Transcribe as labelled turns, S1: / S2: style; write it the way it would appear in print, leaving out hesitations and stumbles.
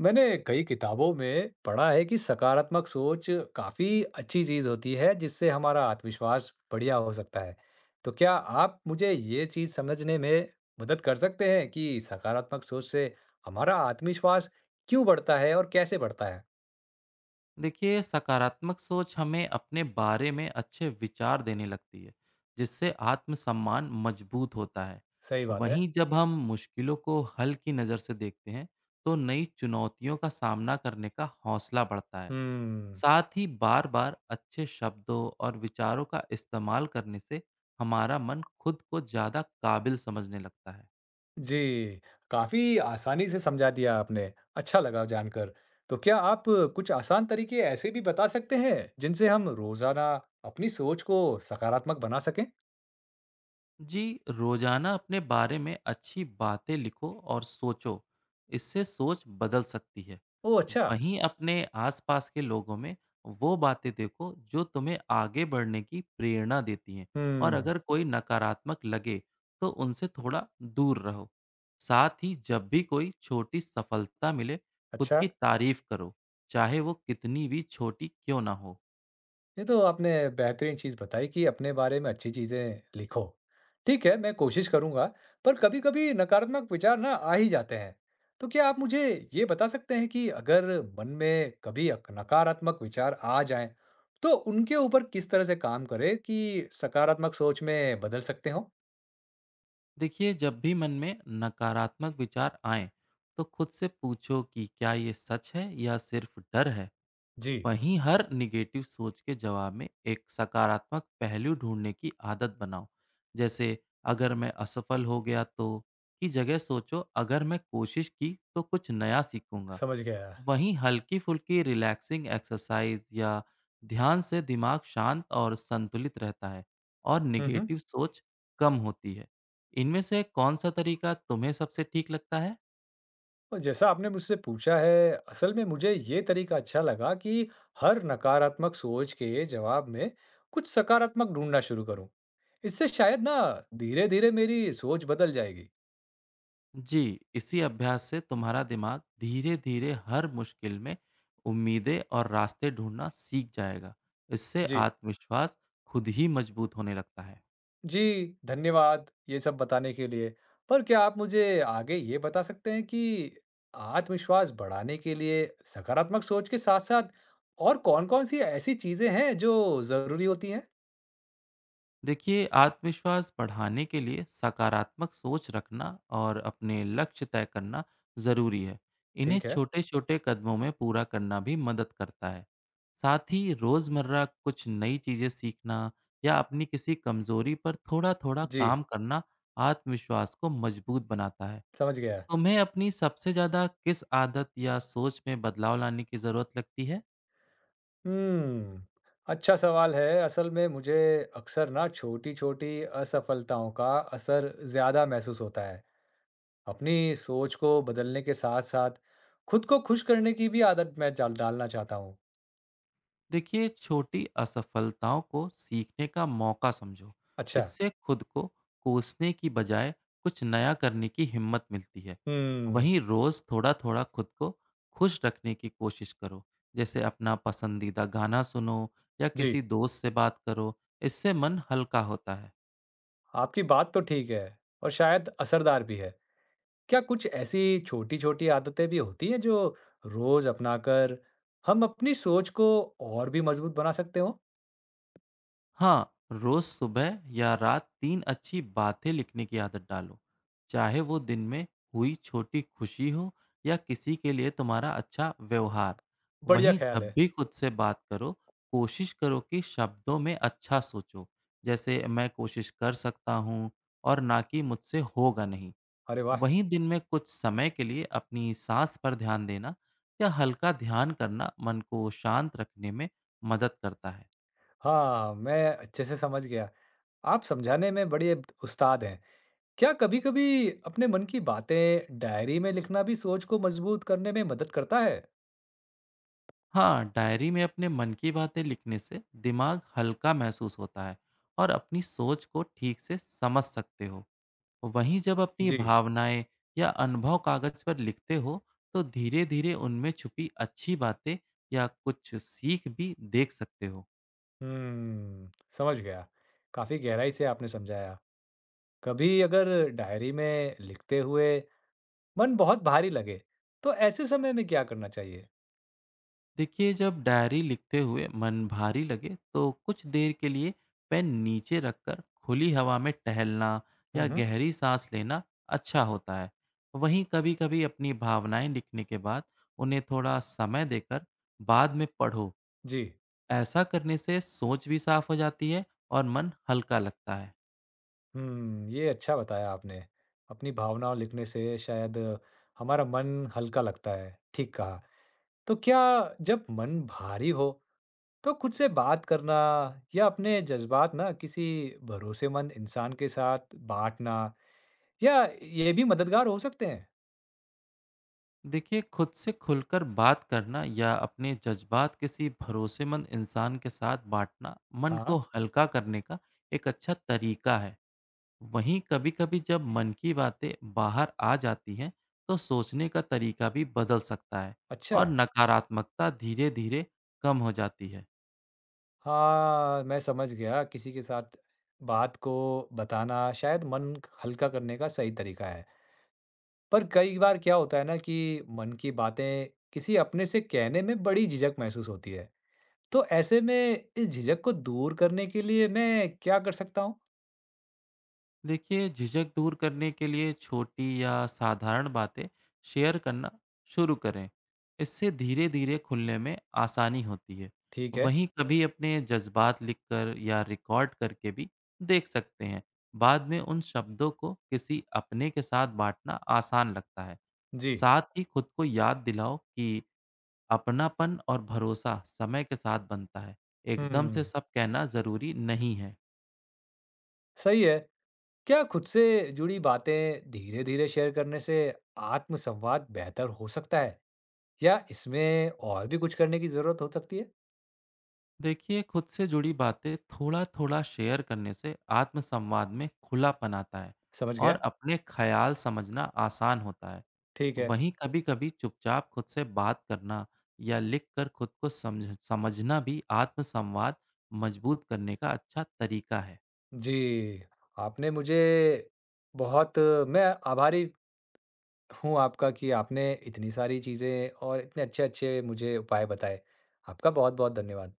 S1: मैंने कई किताबों में पढ़ा है कि सकारात्मक सोच काफी अच्छी चीज होती है जिससे हमारा आत्मविश्वास बढ़िया हो सकता है। तो क्या आप मुझे ये चीज समझने में मदद कर सकते हैं कि सकारात्मक सोच से हमारा आत्मविश्वास क्यों बढ़ता है और कैसे बढ़ता है?
S2: देखिए सकारात्मक सोच हमें अपने बारे में अच्छे विचार देने लगती है जिससे आत्मसम्मान मजबूत होता है।
S1: सही बात है।
S2: वहीं जब हम मुश्किलों को हल की नज़र से देखते हैं तो नई चुनौतियों का सामना करने का हौसला बढ़ता है।
S1: हम्म।
S2: साथ ही बार बार अच्छे शब्दों और विचारों का इस्तेमाल करने से हमारा मन खुद को ज़्यादा काबिल समझने लगता है।
S1: जी, काफी आसानी से समझा दिया आपने। अच्छा लगा जानकर। तो क्या आप कुछ आसान तरीके ऐसे भी बता सकते हैं जिनसे हम रोजाना अपनी सोच को सकारात्मक बना सकें?
S2: जी, रोजाना अपने बारे में अच्छी बातें लिखो और सोचो, इससे सोच बदल सकती है।
S1: ओह! अच्छा।
S2: वहीं अपने आसपास के लोगों में वो बातें देखो जो तुम्हें आगे बढ़ने की प्रेरणा देती हैं, और
S1: हुँ।
S2: अगर कोई नकारात्मक लगे तो उनसे थोड़ा दूर रहो। साथ ही जब भी कोई छोटी सफलता मिले, खुद
S1: अच्छा।
S2: की तारीफ करो, चाहे वो कितनी भी छोटी क्यों ना हो।
S1: ये तो आपने बेहतरीन चीज़ बताई कि अपने बारे में अच्छी चीज़ें लिखो। ठीक है, मैं कोशिश करूँगा, पर कभी-कभी नकारात्मक विचार ना आ ही जाते हैं। तो क्या आप मुझे ये बता सकते हैं कि अगर मन में कभी अक नकारात्मक विचार आ जाएँ, तो उनके ऊपर किस तरह से काम करें कि सकारात्मक सोच में बदल सकते हों?
S2: देखिए जब भी मन में नकारात्मक विचार आए तो खुद से पूछो कि क्या ये सच है या सिर्फ डर है।
S1: जी,
S2: वहीं हर निगेटिव सोच के जवाब में एक सकारात्मक पहलू ढूंढने की आदत बनाओ। जैसे, अगर मैं असफल हो गया, तो की जगह सोचो अगर मैं कोशिश की तो कुछ नया सीखूंगा।
S1: समझ गया।
S2: वहीं हल्की-फुल्की रिलैक्सिंग एक्सरसाइज या ध्यान से दिमाग शांत और संतुलित रहता है और
S1: हुँ, हुँ।
S2: नेगेटिव सोच कम होती है। इनमें से कौन सा तरीका तुम्हें सबसे ठीक लगता है?
S1: और जैसा आपने मुझसे पूछा है, असल में मुझे ये तरीका अच्छा लगा कि हर नकारात्मक सोच के जवाब में कुछ सकारात्मक ढूंढना शुरू करूं। इससे शायद ना धीरे-धीरे मेरी सोच बदल जाएगी।
S2: जी, इसी अभ्यास से तुम्हारा दिमाग धीरे-धीरे हर मुश्किल में उम्मीदें और रास्ते ढूँढना सीख जाएगा। इससे
S1: जी।
S2: आत्मविश्वास खुद ही मजबूत होने लगता है।
S1: जी, धन्यवाद ये सब बताने के लिए। पर क्या आप मुझे आगे ये बता सकते हैं कि आत्मविश्वास बढ़ाने के लिए सकारात्मक सोच के साथ-साथ और कौन-कौन सी ऐसी चीजें हैं जो ज़रूरी होती हैं?
S2: देखिए आत्मविश्वास बढ़ाने के लिए सकारात्मक सोच रखना और अपने लक्ष्य तय करना ज़रूरी है। इन्हें
S1: ठीक है।
S2: छोटे छोटे कदमों में पूरा करना भी मदद करता है। साथ ही रोज़मर्रा कुछ नई चीज़ें सीखना या अपनी किसी कमज़ोरी पर थोड़ा थोड़ा
S1: जी,
S2: काम करना आत्मविश्वास को मजबूत बनाता है।
S1: समझ गया।
S2: तुम्हें अपनी सबसे ज़्यादा किस आदत या सोच में बदलाव लाने की ज़रूरत लगती है?
S1: हम्म, अच्छा सवाल है। असल में मुझे अक्सर ना छोटी-छोटी असफलताओं का असर ज़्यादा महसूस होता है। अपनी सोच को बदलने के साथ-साथ खुद को खुश करने की भी आदत मैं डालना चाहता हूँ।
S2: देखिए छोटी असफलताओं को सीखने का मौका समझो,
S1: अच्छा।
S2: इससे खुद को कोसने की बजाय कुछ नया करने की हिम्मत मिलती है।
S1: हम्म।
S2: वहीं रोज थोड़ा थोड़ा खुद को खुश रखने की कोशिश करो, जैसे अपना पसंदीदा गाना सुनो या किसी
S1: जी,
S2: दोस्त से बात करो, इससे मन हल्का होता है।
S1: आपकी बात तो ठीक है और शायद असरदार भी है। क्या कुछ ऐसी छोटी-छोटी आदतें भी होती हैं जो रोज़ अपनाकर हम अपनी सोच को और भी मजबूत बना सकते हो?
S2: हाँ, रोज सुबह या रात 3 अच्छी बातें लिखने की आदत डालो। चाहे वो दिन में हुई छोटी खुशी हो या किसी के लिए तुम्हारा अच्छा व्यवहार।
S1: बढ़िया
S2: वहीं
S1: ख्याल
S2: जब
S1: है।
S2: भी खुद से बात करो, कोशिश करो कि शब्दों में अच्छा सोचो। जैसे, मैं कोशिश कर सकता हूँ, और ना कि मुझसे होगा नहीं।
S1: अरे वाह!
S2: वहीं दिन में कुछ समय के लिए अपनी साँस पर ध्यान देना या हल्का ध्यान करना मन को शांत रखने में मदद करता है।
S1: हाँ, मैं अच्छे से समझ गया। आप समझाने में बड़े उस्ताद हैं। क्या कभी-कभी अपने मन की बातें डायरी में लिखना भी सोच को मजबूत करने में मदद करता है?
S2: हाँ, डायरी में अपने मन की बातें लिखने से दिमाग हल्का महसूस होता है और अपनी सोच को ठीक से समझ सकते हो। वहीं जब अपनी
S1: जी।
S2: भावनाएं या अनुभव कागज पर लिखते हो तो धीरे धीरे उनमें छुपी अच्छी बातें या कुछ सीख भी देख सकते हो।
S1: हुँ, समझ गया। काफ़ी गहराई से आपने समझाया। कभी अगर डायरी में लिखते हुए मन बहुत भारी लगे, तो ऐसे समय में क्या करना चाहिए?
S2: देखिए जब डायरी लिखते हुए मन भारी लगे तो कुछ देर के लिए पेन नीचे रखकर खुली हवा में टहलना
S1: हुँ,
S2: या
S1: हुँ।
S2: गहरी सांस लेना अच्छा होता है। वहीं कभी-कभी अपनी भावनाएं लिखने के बाद उन्हें थोड़ा समय देकर बाद में पढ़ो।
S1: जी।
S2: ऐसा करने से सोच भी साफ हो जाती है और मन हल्का लगता है।
S1: हुँ, ये अच्छा बताया आपने। अपनी भावनाओं लिखने से शायद हमारा मन हल्का लगता है। ठीक कहा। तो क्या जब मन भारी हो तो खुद से बात करना या अपने जज्बात ना किसी भरोसेमंद इंसान के साथ बांटना या ये भी मददगार हो सकते हैं।
S2: देखिए खुद से खुलकर बात करना या अपने जज्बात किसी भरोसेमंद इंसान के साथ बांटना मन को
S1: हाँ।
S2: हल्का करने का एक अच्छा तरीका है। वहीं कभी-कभी जब मन की बातें बाहर आ जाती हैं, तो सोचने का तरीका भी बदल सकता है
S1: अच्छा।
S2: और नकारात्मकता धीरे-धीरे कम हो जाती है।
S1: हाँ, मैं समझ गया किसी के साथ बात को बताना शायद मन हल्का करने का सही तरीका है। पर कई बार क्या होता है ना कि मन की बातें किसी अपने से कहने में बड़ी झिझक महसूस होती है। तो ऐसे में इस झिझक को दूर करने के लिए मैं क्या कर सकता हूँ?
S2: देखिए, झिझक दूर करने के लिए छोटी या साधारण बातें शेयर करना शुरू करें। इससे धीरे-धीरे खुलने में आसानी होती है।
S1: ठीक है।
S2: वहीं कभी अपने जज्बात लिखकर या रिकॉर्ड करके भी देख सकते हैं। बाद में उन शब्दों को किसी अपने के साथ बांटना आसान लगता है।
S1: जी।
S2: साथ ही खुद को याद दिलाओ कि अपनापन और भरोसा समय के साथ बनता है, एकदम से
S1: हुँ,
S2: सब कहना ज़रूरी नहीं है।
S1: सही है। क्या खुद से जुड़ी बातें धीरे-धीरे शेयर करने से आत्मसंवाद बेहतर हो सकता है? या इसमें और भी कुछ करने की ज़रूरत हो सकती है?
S2: देखिए खुद से जुड़ी बातें थोड़ा थोड़ा शेयर करने से आत्मसंवाद में खुलापन आता है
S1: समझ
S2: और
S1: गया।
S2: अपने ख्याल समझना आसान होता है।
S1: ठीक है।
S2: वहीं कभी कभी चुपचाप खुद से बात करना या लिख कर खुद को समझना भी आत्मसंवाद मजबूत करने का अच्छा तरीका है।
S1: जी, आपने मुझे बहुत मैं आभारी हूँ आपका कि आपने इतनी सारी चीज़ें और इतने अच्छे-अच्छे मुझे उपाय बताए। आपका बहुत-बहुत धन्यवाद।